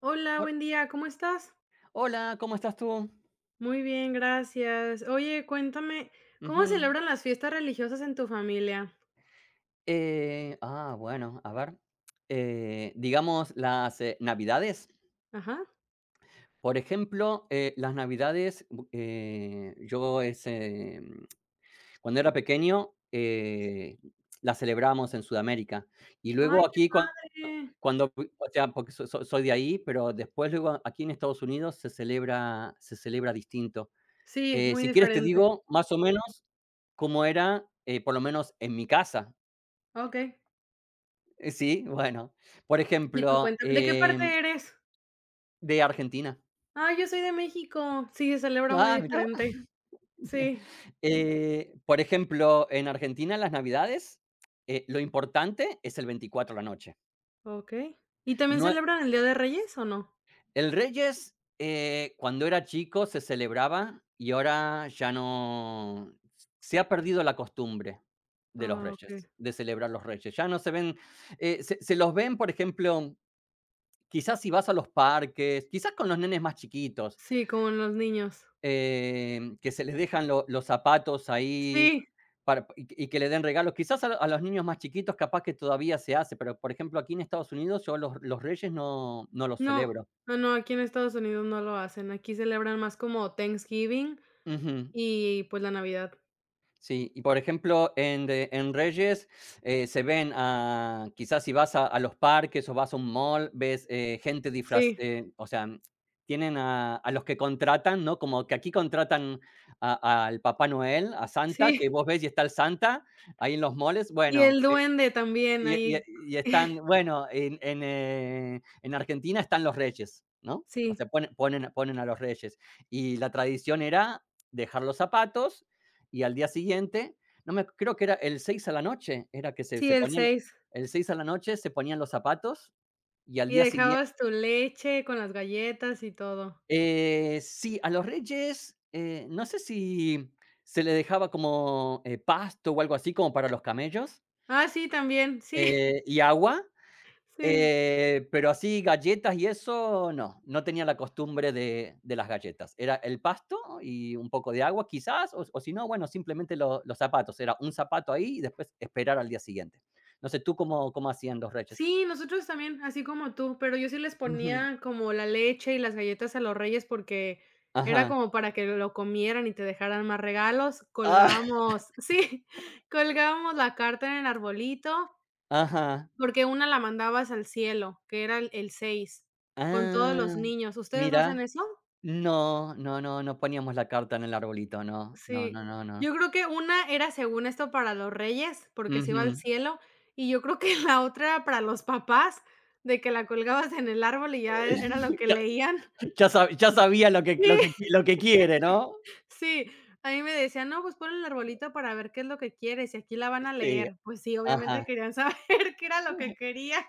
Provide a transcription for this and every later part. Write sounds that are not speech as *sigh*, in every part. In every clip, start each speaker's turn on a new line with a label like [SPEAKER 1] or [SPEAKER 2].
[SPEAKER 1] Hola,
[SPEAKER 2] Ho-
[SPEAKER 1] buen día, ¿cómo estás?
[SPEAKER 2] Hola, ¿cómo estás tú?
[SPEAKER 1] Muy bien, gracias. Oye, cuéntame, ¿cómo
[SPEAKER 2] Ujú.
[SPEAKER 1] celebran las fiestas religiosas en tu familia?
[SPEAKER 2] Bueno, a ver. Digamos las navidades.
[SPEAKER 1] Ajá.
[SPEAKER 2] Por ejemplo, las navidades, yo ese, cuando era pequeño, las celebramos en Sudamérica. Y
[SPEAKER 1] Ay,
[SPEAKER 2] luego
[SPEAKER 1] qué
[SPEAKER 2] aquí,
[SPEAKER 1] padre.
[SPEAKER 2] cuando, o sea, porque soy de ahí, pero después luego aquí en Estados Unidos se celebra distinto.
[SPEAKER 1] Sí, muy
[SPEAKER 2] Si quieres te
[SPEAKER 1] diferente.
[SPEAKER 2] digo más o menos cómo era, por lo menos en mi casa.
[SPEAKER 1] Okey.
[SPEAKER 2] Sí, bueno, por
[SPEAKER 1] Y tú
[SPEAKER 2] ejemplo,
[SPEAKER 1] cuéntame, ¿de qué parte eres?
[SPEAKER 2] de Argentina.
[SPEAKER 1] Ah, yo soy de México. Sí, se celebra muy
[SPEAKER 2] Ah, mira.
[SPEAKER 1] diferente.
[SPEAKER 2] *laughs*
[SPEAKER 1] Sí.
[SPEAKER 2] Por ejemplo, en Argentina las Navidades, lo importante es el 24 a la noche.
[SPEAKER 1] Okey. ¿Y también
[SPEAKER 2] No,
[SPEAKER 1] celebran el Día de Reyes o no?
[SPEAKER 2] el Reyes, cuando era chico se celebraba y ahora ya no. Se ha perdido la costumbre de los
[SPEAKER 1] Ah, okey.
[SPEAKER 2] Reyes, de celebrar los Reyes. Ya no se ven, se los ven, por ejemplo, quizás si vas a los parques, quizás con los nenes más chiquitos.
[SPEAKER 1] Sí, como en los niños.
[SPEAKER 2] Que se les dejan lo los zapatos ahí
[SPEAKER 1] Sí.
[SPEAKER 2] para y que le den regalos. Quizás a los niños más chiquitos capaz que todavía se hace, pero, por ejemplo, aquí en Estados Unidos yo los Reyes no los
[SPEAKER 1] No,
[SPEAKER 2] celebro.
[SPEAKER 1] no, no, aquí en Estados Unidos no lo hacen. Aquí celebran más como Thanksgiving
[SPEAKER 2] Ujú.
[SPEAKER 1] y, pues, la Navidad.
[SPEAKER 2] Sí, y por ejemplo, en Reyes, se ven a quizás si vas a los parques o vas a un mall, ves, gente disfraz
[SPEAKER 1] Sí,
[SPEAKER 2] eh, o sea, tienen a los que contratan, ¿no? Como que aquí contratan a al Papá Noel, a Santa,
[SPEAKER 1] sí,
[SPEAKER 2] que vos ves y está el Santa ahí en los malls.
[SPEAKER 1] y
[SPEAKER 2] Bueno,
[SPEAKER 1] el duende también
[SPEAKER 2] y y
[SPEAKER 1] ahí,
[SPEAKER 2] y están, bueno, en Argentina están los reyes, ¿no? O
[SPEAKER 1] sí,
[SPEAKER 2] sea, ponen a los reyes. Y la tradición era dejar los zapatos y al día siguiente, no, me creo que era el 6 a la noche, era que se
[SPEAKER 1] sí,
[SPEAKER 2] se
[SPEAKER 1] el
[SPEAKER 2] ponían
[SPEAKER 1] seis.
[SPEAKER 2] el 6 a la noche. Se ponían los zapatos y al
[SPEAKER 1] Y
[SPEAKER 2] día siguiente
[SPEAKER 1] dejabas tu leche con las galletas y todo.
[SPEAKER 2] eh, sí, a los reyes, no sé si se le dejaba como, pasto o algo así como para los camellos,
[SPEAKER 1] Ah, sí, también, sí,
[SPEAKER 2] y agua.
[SPEAKER 1] *laughs* sí.
[SPEAKER 2] Pero así galletas y eso, no, no tenía la costumbre de las galletas. Era el pasto y un poco de agua quizás, o si no, bueno, simplemente lo los zapatos, era un zapato ahí y después esperar al día siguiente. No sé, ¿tú cómo hacían los reyes?
[SPEAKER 1] Sí, nosotros también, así como tú, pero yo sí les
[SPEAKER 2] Ujú.
[SPEAKER 1] ponía como la leche y las galletas a los reyes porque era
[SPEAKER 2] Ajá.
[SPEAKER 1] como para que lo comieran y te dejaran más regalos,
[SPEAKER 2] Ah,
[SPEAKER 1] colgábamos, *laughs* sí, colgábamos la carta en el arbolito.
[SPEAKER 2] ajá.
[SPEAKER 1] Porque una la mandabas al cielo, que era el 6, con todos los
[SPEAKER 2] Ah,
[SPEAKER 1] niños, ¿ustedes no
[SPEAKER 2] mira.
[SPEAKER 1] hacen eso?
[SPEAKER 2] No, no, no, no poníamos la carta en el arbolito, no, no,
[SPEAKER 1] Sí.
[SPEAKER 2] no, no, no.
[SPEAKER 1] Yo creo que una era según esto para los reyes, porque se iba al
[SPEAKER 2] Ujú.
[SPEAKER 1] cielo, y yo creo que *laughs* la otra era para los papás, de que la colgabas en el árbol y ya e, era lo
[SPEAKER 2] *laughs*
[SPEAKER 1] que
[SPEAKER 2] Ya
[SPEAKER 1] leían.
[SPEAKER 2] ya sabía
[SPEAKER 1] Sí, *laughs*
[SPEAKER 2] lo que quiere, ¿no?
[SPEAKER 1] sí. A mí me decían: "No, pues pon el arbolito para ver qué es lo que quieres, y aquí la van a
[SPEAKER 2] Sí,
[SPEAKER 1] leer". Pues sí, obviamente
[SPEAKER 2] ajá.
[SPEAKER 1] querían saber *laughs* qué era lo que quería.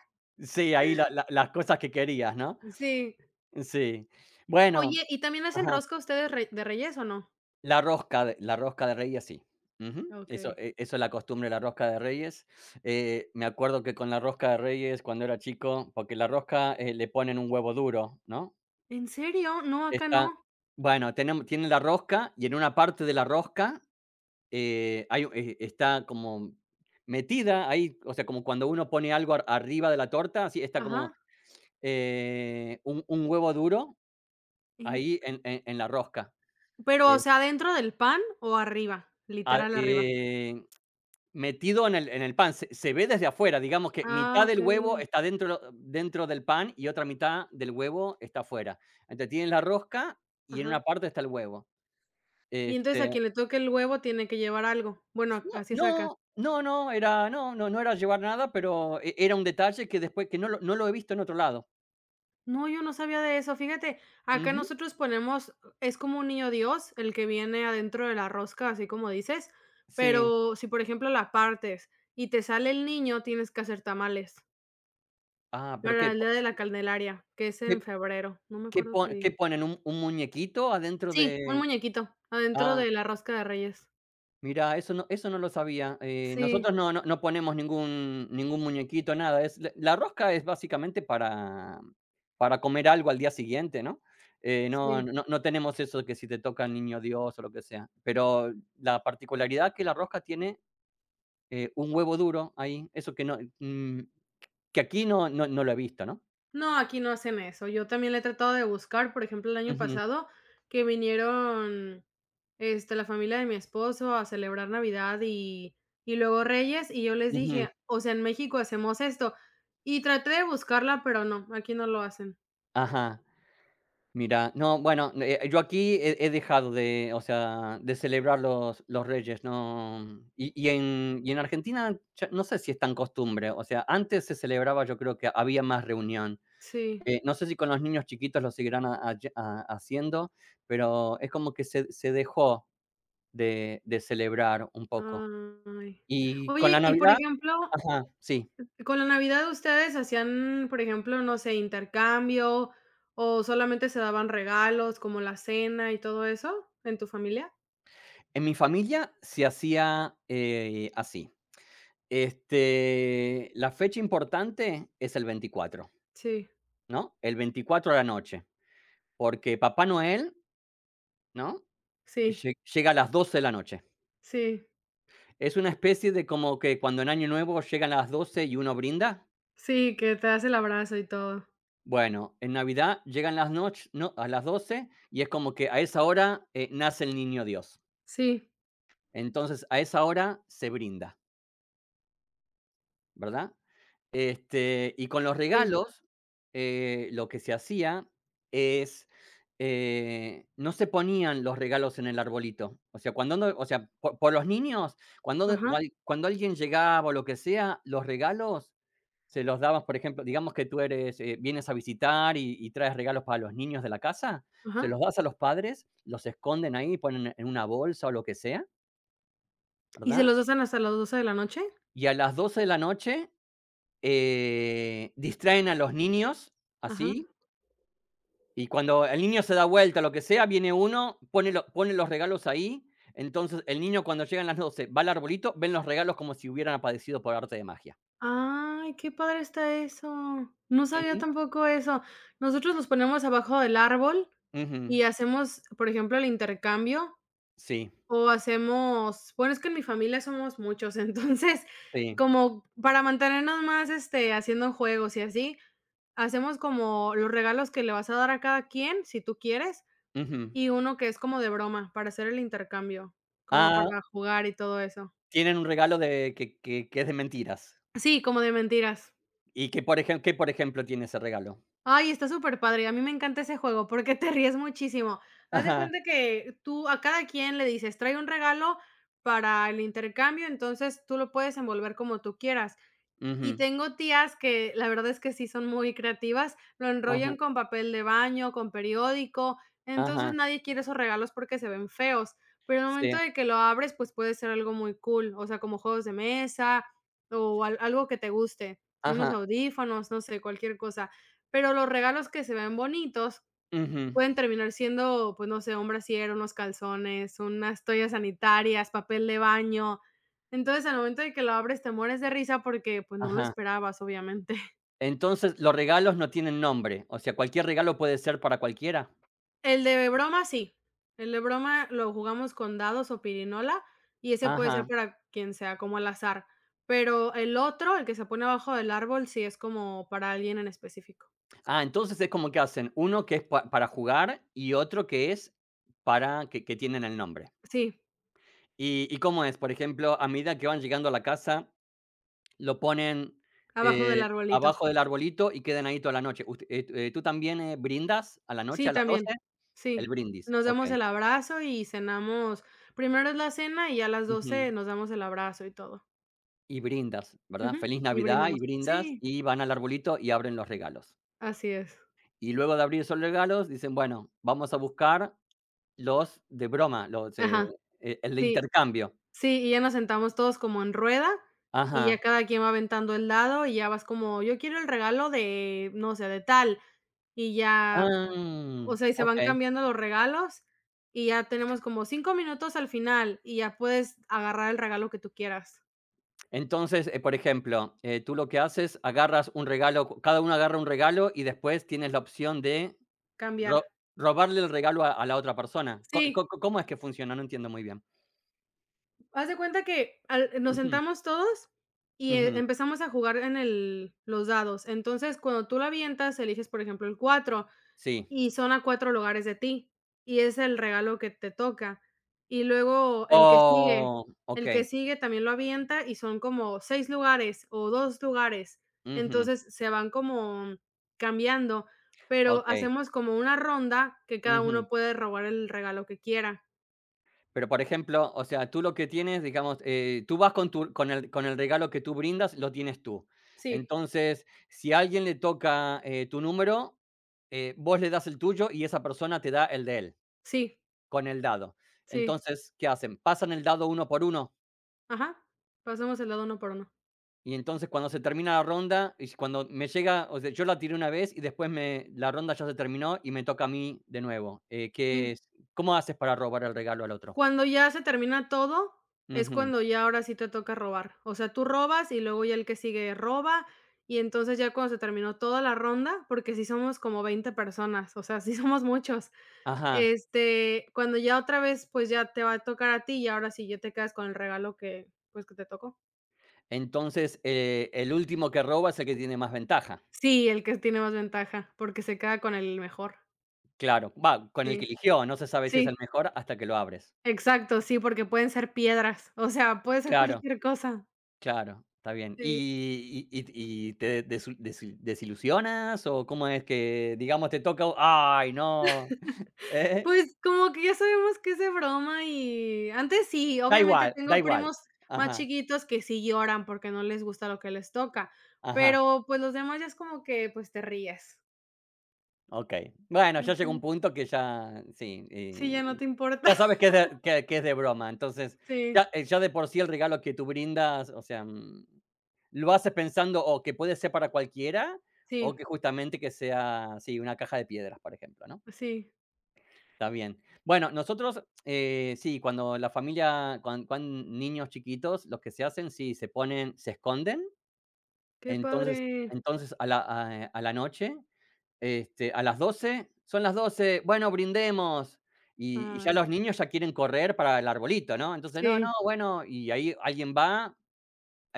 [SPEAKER 2] Sí, ahí la la las cosas que querías, ¿no?
[SPEAKER 1] Sí.
[SPEAKER 2] Sí. Bueno,
[SPEAKER 1] Oye, ¿y también hacen
[SPEAKER 2] ajá,
[SPEAKER 1] rosca ustedes re de Reyes o no?
[SPEAKER 2] la rosca de Reyes, sí. Ujú. Eso,
[SPEAKER 1] Okey.
[SPEAKER 2] eso es la costumbre de la rosca de Reyes. Me acuerdo que con la rosca de Reyes, cuando era chico, porque la rosca, le ponen un huevo duro, ¿no?
[SPEAKER 1] ¿En serio? No, acá
[SPEAKER 2] Está
[SPEAKER 1] no.
[SPEAKER 2] bueno, tenemos tiene la rosca y en una parte de la rosca, hay, está como metida ahí, o sea, como cuando uno pone algo ar arriba de la torta, así está como,
[SPEAKER 1] Ajá.
[SPEAKER 2] un huevo duro
[SPEAKER 1] En
[SPEAKER 2] ahí en la rosca.
[SPEAKER 1] pero, ¿o
[SPEAKER 2] Eh,
[SPEAKER 1] sea, dentro del pan o arriba?
[SPEAKER 2] ah,
[SPEAKER 1] Literal arriba.
[SPEAKER 2] eh, Metido en el pan, se ve desde afuera, digamos que
[SPEAKER 1] Ah,
[SPEAKER 2] mitad del huevo
[SPEAKER 1] okey.
[SPEAKER 2] está dentro del pan y otra mitad del huevo está afuera. Entonces, tienes la rosca y en una
[SPEAKER 1] Ajá.
[SPEAKER 2] parte está el huevo.
[SPEAKER 1] Y entonces a
[SPEAKER 2] Este,
[SPEAKER 1] quien le toque el huevo tiene que llevar algo. Bueno,
[SPEAKER 2] no,
[SPEAKER 1] así es acá.
[SPEAKER 2] no, no, no, era no, no, no era llevar nada, pero era un detalle que después que no lo he visto en otro lado.
[SPEAKER 1] No, yo no sabía de eso. Fíjate, acá
[SPEAKER 2] Ujú,
[SPEAKER 1] nosotros ponemos es como un niño Dios, el que viene adentro de la rosca, así como dices,
[SPEAKER 2] sí.
[SPEAKER 1] pero si, por ejemplo, la partes y te sale el niño, tienes que hacer tamales
[SPEAKER 2] Ah, pero
[SPEAKER 1] para
[SPEAKER 2] ¿qué?
[SPEAKER 1] el Día de la Candelaria, que es
[SPEAKER 2] ¿Qué
[SPEAKER 1] en febrero. No me
[SPEAKER 2] qué
[SPEAKER 1] acuerdo
[SPEAKER 2] pon
[SPEAKER 1] qué
[SPEAKER 2] qué
[SPEAKER 1] día.
[SPEAKER 2] ponen? ¿Un muñequito adentro
[SPEAKER 1] Sí, un
[SPEAKER 2] de?
[SPEAKER 1] muñequito adentro
[SPEAKER 2] Ah.
[SPEAKER 1] de la rosca de Reyes.
[SPEAKER 2] Mira, eso no lo sabía.
[SPEAKER 1] Sí,
[SPEAKER 2] Nosotros no ponemos ningún muñequito, nada. Es la rosca es básicamente para comer algo al día siguiente, ¿no? No
[SPEAKER 1] sí.
[SPEAKER 2] no no tenemos eso que si te toca el niño Dios o lo que sea. Pero la particularidad que la rosca tiene, un huevo duro ahí, eso que no, que aquí no lo he visto, ¿no?
[SPEAKER 1] No, aquí no hacen eso. Yo también le he tratado de buscar, por ejemplo, el año
[SPEAKER 2] Ujú,
[SPEAKER 1] pasado que vinieron, este, la familia de mi esposo a celebrar Navidad y luego Reyes, y yo les
[SPEAKER 2] ujú,
[SPEAKER 1] dije: "O sea, en México hacemos esto", y traté de buscarla, pero no, aquí no lo hacen.
[SPEAKER 2] ajá. Mira, no, bueno, yo aquí he dejado de, o sea, de celebrar los Reyes, no, y en Argentina, cha no sé si es tan costumbre, o sea, antes se celebraba, yo creo que había más reunión,
[SPEAKER 1] Sí,
[SPEAKER 2] no sé si con los niños chiquitos lo seguirán ha haye ha haciendo, pero es como que se dejó de celebrar un poco.
[SPEAKER 1] ay.
[SPEAKER 2] Y con la
[SPEAKER 1] Oye, y por
[SPEAKER 2] Navidad,
[SPEAKER 1] ejemplo,
[SPEAKER 2] ajá, sí.
[SPEAKER 1] con la Navidad, ¿ustedes hacían, por ejemplo, no sé, intercambio o solamente se daban regalos como la cena y todo eso en tu familia?
[SPEAKER 2] En mi familia se hacía, así. Este, la fecha importante es el 24,
[SPEAKER 1] Sí,
[SPEAKER 2] ¿no? El 24 a la noche, porque Papá Noel, ¿no?
[SPEAKER 1] sí,
[SPEAKER 2] Llega a las 12 de la noche.
[SPEAKER 1] sí,
[SPEAKER 2] Es una especie de como que cuando en Año Nuevo llegan las 12 y uno brinda.
[SPEAKER 1] sí, que te das el abrazo y todo.
[SPEAKER 2] Bueno, en Navidad llegan las noches no, a las 12 y es como que a esa hora, nace el niño Dios.
[SPEAKER 1] Sí,
[SPEAKER 2] Entonces, a esa hora se brinda, ¿verdad? Este, y con los
[SPEAKER 1] sí.
[SPEAKER 2] regalos, lo que se hacía es, no se ponían los regalos en el arbolito. O sea, cuando uno, o sea, por los niños, cuando de
[SPEAKER 1] Ajá,
[SPEAKER 2] gual cuando alguien llegaba o lo que sea, los regalos se los dabas, por ejemplo, digamos que tú eres, vienes a visitar y traes regalos para los niños de la casa, se
[SPEAKER 1] ajá.
[SPEAKER 2] los das a los padres, los esconden ahí, ponen en una bolsa o lo que sea,
[SPEAKER 1] ¿Y se
[SPEAKER 2] ¿verdad?
[SPEAKER 1] los hacen hasta las 12 de la noche?
[SPEAKER 2] Y a las 12 de la noche, distraen a los niños,
[SPEAKER 1] Ajá.
[SPEAKER 2] así, y cuando el niño se da vuelta, lo que sea, viene uno, pone los regalos ahí. Entonces, el niño cuando llegan las 12 va al arbolito, ven los regalos como si hubieran aparecido por arte de magia.
[SPEAKER 1] Ay, qué padre está eso. No sabía
[SPEAKER 2] Ujú,
[SPEAKER 1] tampoco eso. Nosotros nos ponemos abajo del árbol
[SPEAKER 2] ujú.
[SPEAKER 1] y hacemos, por ejemplo, el intercambio.
[SPEAKER 2] Sí,
[SPEAKER 1] O hacemos bueno, es que en mi familia somos muchos, *laughs* entonces,
[SPEAKER 2] sí,
[SPEAKER 1] como para mantenernos más, este, haciendo juegos y así, hacemos como los regalos que le vas a dar a cada quien, si tú quieres,
[SPEAKER 2] ujú.
[SPEAKER 1] y uno que es como de broma, para hacer el intercambio, como para
[SPEAKER 2] Ah,
[SPEAKER 1] jugar y todo eso.
[SPEAKER 2] tienen un regalo de que es de mentiras.
[SPEAKER 1] Sí, como de mentiras.
[SPEAKER 2] ¿Y que por ejem qué, por ejemplo, tiene ese regalo?
[SPEAKER 1] Ay, está súper padre, a mí me encanta ese juego porque *laughs* te ríes muchísimo. Haz de
[SPEAKER 2] Ajá,
[SPEAKER 1] cuenta que tú a cada quien le dices: "Trae un regalo para el intercambio", entonces tú lo puedes envolver como tú quieras. Y
[SPEAKER 2] ujú,
[SPEAKER 1] tengo tías que la verdad es que sí son muy creativas, lo
[SPEAKER 2] ajá,
[SPEAKER 1] enrollan con papel de baño, con periódico, entonces
[SPEAKER 2] ajá,
[SPEAKER 1] nadie quiere esos regalos porque se ven feos, pero en el momento
[SPEAKER 2] sí,
[SPEAKER 1] de que lo abres, pues puede ser algo muy cool, o sea, como juegos de mesa o al algo que te guste, unos
[SPEAKER 2] ajá,
[SPEAKER 1] audífonos, no sé, cualquier cosa, pero los regalos que se ven bonitos
[SPEAKER 2] ujú,
[SPEAKER 1] pueden terminar siendo, pues, no sé, un brasier, unos calzones, unas toallas sanitarias, papel de baño. Entonces, al momento de que lo abres, te mueres de risa porque, pues, no lo
[SPEAKER 2] ajá.
[SPEAKER 1] esperabas, obviamente. *laughs*
[SPEAKER 2] Entonces, los regalos no tienen nombre, o sea, ¿cualquier regalo puede ser para cualquiera?
[SPEAKER 1] El de broma, sí. El de broma lo jugamos con dados o pirinola, y ese puede ser
[SPEAKER 2] Ajá.
[SPEAKER 1] para quien sea, como al azar. Pero el otro, el que se pone abajo del árbol, sí es como para alguien en específico.
[SPEAKER 2] Ah, entonces es como que hacen uno que es pa para jugar y otro que es para que tienen el nombre.
[SPEAKER 1] Sí,
[SPEAKER 2] Y cómo es? Por ejemplo, a medida que van llegando a la casa, lo ponen,
[SPEAKER 1] abajo del arbolito.
[SPEAKER 2] abajo del arbolito y quedan ahí toda la noche. Ust ¿Tú también, brindas a la noche,
[SPEAKER 1] Sí,
[SPEAKER 2] a las doce?
[SPEAKER 1] también.
[SPEAKER 2] El
[SPEAKER 1] Sí.
[SPEAKER 2] brindis,
[SPEAKER 1] Nos damos
[SPEAKER 2] okey.
[SPEAKER 1] el abrazo y cenamos. Primero es la cena y a las 12
[SPEAKER 2] Ujú.
[SPEAKER 1] nos damos el abrazo y todo.
[SPEAKER 2] Y brindas,
[SPEAKER 1] Ujú.
[SPEAKER 2] ¿verdad? Feliz
[SPEAKER 1] Y
[SPEAKER 2] Navidad
[SPEAKER 1] brindamos.
[SPEAKER 2] y brindas,
[SPEAKER 1] Sí,
[SPEAKER 2] y van al arbolito y abren los regalos.
[SPEAKER 1] así es.
[SPEAKER 2] Y luego de abrir esos regalos, dicen: "Bueno, vamos a buscar los de broma, los,
[SPEAKER 1] Ajá.
[SPEAKER 2] el de
[SPEAKER 1] Sí,
[SPEAKER 2] intercambio".
[SPEAKER 1] sí, y ya nos sentamos todos como en rueda y ya
[SPEAKER 2] Ajá.
[SPEAKER 1] cada quien va aventando el dado y ya vas como: "Yo quiero el regalo de, no sé, de tal", y ya,
[SPEAKER 2] Ah,
[SPEAKER 1] o sea, y se van
[SPEAKER 2] okey.
[SPEAKER 1] cambiando los regalos y ya tenemos como 5 minutos al final y ya puedes agarrar el regalo que tú quieras,
[SPEAKER 2] Entonces, por ejemplo, tú lo que haces, agarras un regalo, cada uno agarra un regalo y después tienes la opción de ro
[SPEAKER 1] cambiar.
[SPEAKER 2] robarle el regalo a la otra persona.
[SPEAKER 1] Sí.
[SPEAKER 2] ¿Cómo es que funciona? No entiendo muy bien.
[SPEAKER 1] Haz de cuenta que al nos
[SPEAKER 2] Ujú,
[SPEAKER 1] sentamos todos y,
[SPEAKER 2] ujú,
[SPEAKER 1] empezamos a jugar en el los dados. Entonces, cuando tú la avientas, eliges, por ejemplo, el 4
[SPEAKER 2] sí.
[SPEAKER 1] y son a 4 lugares de ti, y es el regalo que te toca. Y luego el que sigue,
[SPEAKER 2] Oh,
[SPEAKER 1] el que
[SPEAKER 2] okey.
[SPEAKER 1] sigue también lo avienta y son como 6 lugares o 2 lugares.
[SPEAKER 2] Ujú,
[SPEAKER 1] Entonces, se van como cambiando, pero
[SPEAKER 2] okey.
[SPEAKER 1] hacemos como una ronda que cada
[SPEAKER 2] Ujú.
[SPEAKER 1] uno puede robar el regalo que quiera.
[SPEAKER 2] Pero, por ejemplo, o sea, tú lo que tienes, digamos, tú vas con el regalo que tú brindas, lo tienes tú.
[SPEAKER 1] Sí,
[SPEAKER 2] Entonces, si a alguien le toca, tu número, vos le das el tuyo y esa persona te da el de él,
[SPEAKER 1] sí,
[SPEAKER 2] con el dado.
[SPEAKER 1] sí.
[SPEAKER 2] Entonces, ¿qué hacen? Pasan el dado uno por uno,
[SPEAKER 1] Ajá, pasamos el lado uno por uno.
[SPEAKER 2] y entonces cuando se termina la ronda, y cuando me llega, o sea, yo la tiré una vez y después me la ronda ya se terminó y me toca a mí de nuevo. ¿Qué
[SPEAKER 1] Sí.
[SPEAKER 2] es? ¿Cómo haces para robar el regalo al otro?
[SPEAKER 1] Cuando ya se termina todo, es
[SPEAKER 2] Ujú.
[SPEAKER 1] cuando ya ahora sí te toca robar. O sea, tú robas y luego ya el que sigue roba, y entonces ya cuando se terminó toda la ronda, porque sí somos como 20 personas, o sea, sí *laughs* somos muchos.
[SPEAKER 2] Ajá.
[SPEAKER 1] Este, cuando ya otra vez, pues ya te va a tocar a ti y ahora sí ya te quedas con el regalo que, pues, que te tocó.
[SPEAKER 2] Entonces, el último que roba es el que tiene más ventaja.
[SPEAKER 1] Sí, el que tiene más ventaja, porque se queda con el mejor.
[SPEAKER 2] Claro, va, con el que
[SPEAKER 1] Sí.
[SPEAKER 2] eligió, no se sabe si es el
[SPEAKER 1] Sí,
[SPEAKER 2] mejor hasta que lo abres.
[SPEAKER 1] exacto, sí, porque pueden ser piedras, o sea, puede ser
[SPEAKER 2] Claro,
[SPEAKER 1] cualquier cosa.
[SPEAKER 2] claro, está bien.
[SPEAKER 1] Sí,
[SPEAKER 2] Y te desilusionas o cómo es que, digamos, te toca, ay, no, *laughs* ¿eh?
[SPEAKER 1] pues, como que ya sabemos que es de broma y antes sí,
[SPEAKER 2] Da
[SPEAKER 1] obviamente
[SPEAKER 2] igual, da
[SPEAKER 1] tengo
[SPEAKER 2] igual.
[SPEAKER 1] primos más
[SPEAKER 2] Ajá,
[SPEAKER 1] chiquitos que sí lloran porque no les gusta lo que les toca,
[SPEAKER 2] ajá,
[SPEAKER 1] pero, pues, los demás ya es como que, pues, te ríes.
[SPEAKER 2] ok. Bueno, ya llega un
[SPEAKER 1] Ujú.
[SPEAKER 2] punto que ya, sí,
[SPEAKER 1] Sí, ya no te importa.
[SPEAKER 2] ya sabes
[SPEAKER 1] *laughs*
[SPEAKER 2] que que es de broma, entonces
[SPEAKER 1] Sí,
[SPEAKER 2] ya, ya de por sí el regalo que tú brindas, o sea, ¿Lo haces pensando o que puede ser para cualquiera o
[SPEAKER 1] sí,
[SPEAKER 2] que justamente que sea, sí, una caja de piedras, por ejemplo, no?
[SPEAKER 1] sí.
[SPEAKER 2] Está bien. Bueno, nosotros, sí, cuando la familia, cuan cuan niños chiquitos, los que se hacen, sí, se esconden,
[SPEAKER 1] Qué
[SPEAKER 2] entonces
[SPEAKER 1] padre.
[SPEAKER 2] entonces a la noche, este, a las doce, son las doce, bueno, brindemos, y ya
[SPEAKER 1] Ay,
[SPEAKER 2] los niños ya quieren correr para el arbolito, ¿no? Entonces, no,
[SPEAKER 1] sí,
[SPEAKER 2] no, bueno, y ahí alguien va a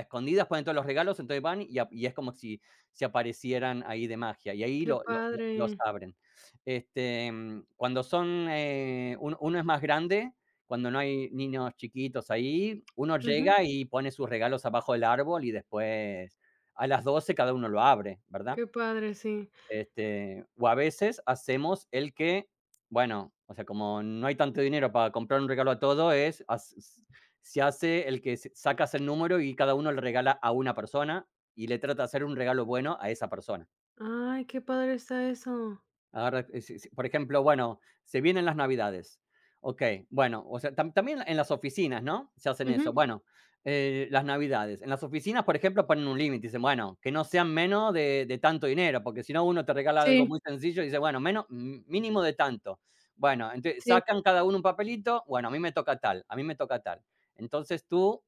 [SPEAKER 2] escondidas, ponen todos los regalos, entonces van y es como si se aparecieran ahí de magia, y ahí
[SPEAKER 1] qué
[SPEAKER 2] lo los
[SPEAKER 1] padre.
[SPEAKER 2] abren. Este, cuando son, uno es más grande, cuando no hay niños chiquitos ahí, uno
[SPEAKER 1] Ujú,
[SPEAKER 2] llega y pone sus regalos abajo del árbol y después a las 12 cada uno lo abre, ¿verdad?
[SPEAKER 1] qué padre, sí.
[SPEAKER 2] Este, o a veces hacemos el que, bueno, o sea, como no hay tanto dinero para comprar un regalo a todo, es se hace el que sacas el número y cada uno le regala a una persona y le trata de hacer un regalo bueno a esa persona.
[SPEAKER 1] Ay, qué padre está eso.
[SPEAKER 2] Ahora, si si por ejemplo, bueno, se vienen las Navidades. Okey, bueno, o sea, también en las oficinas, ¿no? Se hacen
[SPEAKER 1] Ujú,
[SPEAKER 2] eso. Bueno, las Navidades. En las oficinas, por ejemplo, ponen un límite, dicen: "Bueno, que no sean menos de tanto dinero", porque si no, uno te regala algo
[SPEAKER 1] sí,
[SPEAKER 2] muy sencillo y dice: "Bueno, menos m mínimo de tanto". Bueno, entonces
[SPEAKER 1] sí.
[SPEAKER 2] sacan cada uno un papelito, bueno, a mí me toca tal, a mí me toca tal. Entonces tú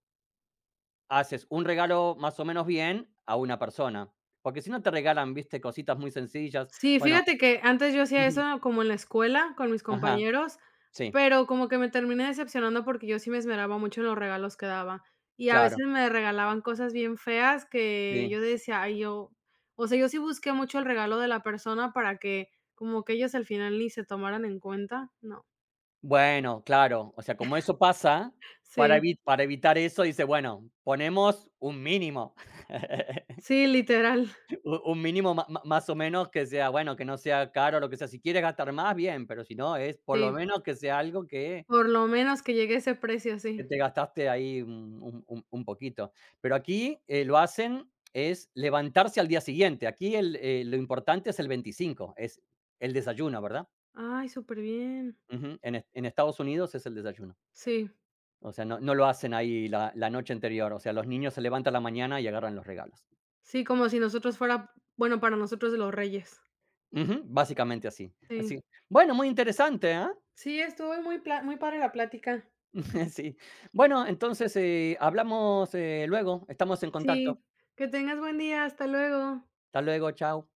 [SPEAKER 2] haces un regalo más o menos bien a una persona, porque si no te regalan, ¿viste? Cositas muy sencillas.
[SPEAKER 1] Sí,
[SPEAKER 2] Bueno.
[SPEAKER 1] fíjate que antes yo hacía
[SPEAKER 2] Ujú,
[SPEAKER 1] eso como en la escuela con mis
[SPEAKER 2] ajá.
[SPEAKER 1] compañeros,
[SPEAKER 2] Sí,
[SPEAKER 1] pero como que me terminé decepcionando porque yo sí me esmeraba mucho en los regalos que daba. Y a
[SPEAKER 2] claro,
[SPEAKER 1] veces me regalaban cosas bien feas que
[SPEAKER 2] sí.
[SPEAKER 1] yo decía, ay, yo, o sea, yo sí busqué mucho el regalo de la persona para que como que ellos al final ni se tomaran en cuenta, no.
[SPEAKER 2] Bueno, claro, o sea, como eso pasa,
[SPEAKER 1] Sí,
[SPEAKER 2] para evitar eso, dice, bueno, ponemos un mínimo, *laughs*
[SPEAKER 1] sí, literal,
[SPEAKER 2] u un mínimo má má más o menos que sea, bueno, que no sea caro, lo que sea. Si quieres gastar más, bien, pero si no, es por lo
[SPEAKER 1] sí,
[SPEAKER 2] menos que sea algo
[SPEAKER 1] por lo menos que llegue a ese precio, sí.
[SPEAKER 2] que te gastaste ahí un poquito. Pero aquí, lo hacen es levantarse al día siguiente. Aquí lo importante es el 25, es el desayuno, ¿verdad?
[SPEAKER 1] Ay, súper bien.
[SPEAKER 2] Ujú, en en Estados Unidos es el desayuno.
[SPEAKER 1] Sí,
[SPEAKER 2] O sea, no lo hacen ahí la noche anterior, o sea, los niños se levantan a la mañana y agarran los regalos.
[SPEAKER 1] sí, como si nosotros fuera, bueno, para nosotros los reyes.
[SPEAKER 2] Ujú, básicamente así,
[SPEAKER 1] Sí.
[SPEAKER 2] así. Bueno, muy interesante, ¿ah?
[SPEAKER 1] Sí, estuvo muy pla muy padre la plática.
[SPEAKER 2] *laughs* Sí. Bueno, entonces, hablamos, luego, estamos en contacto.
[SPEAKER 1] Sí, que tengas buen día, hasta luego.
[SPEAKER 2] Hasta luego, chao.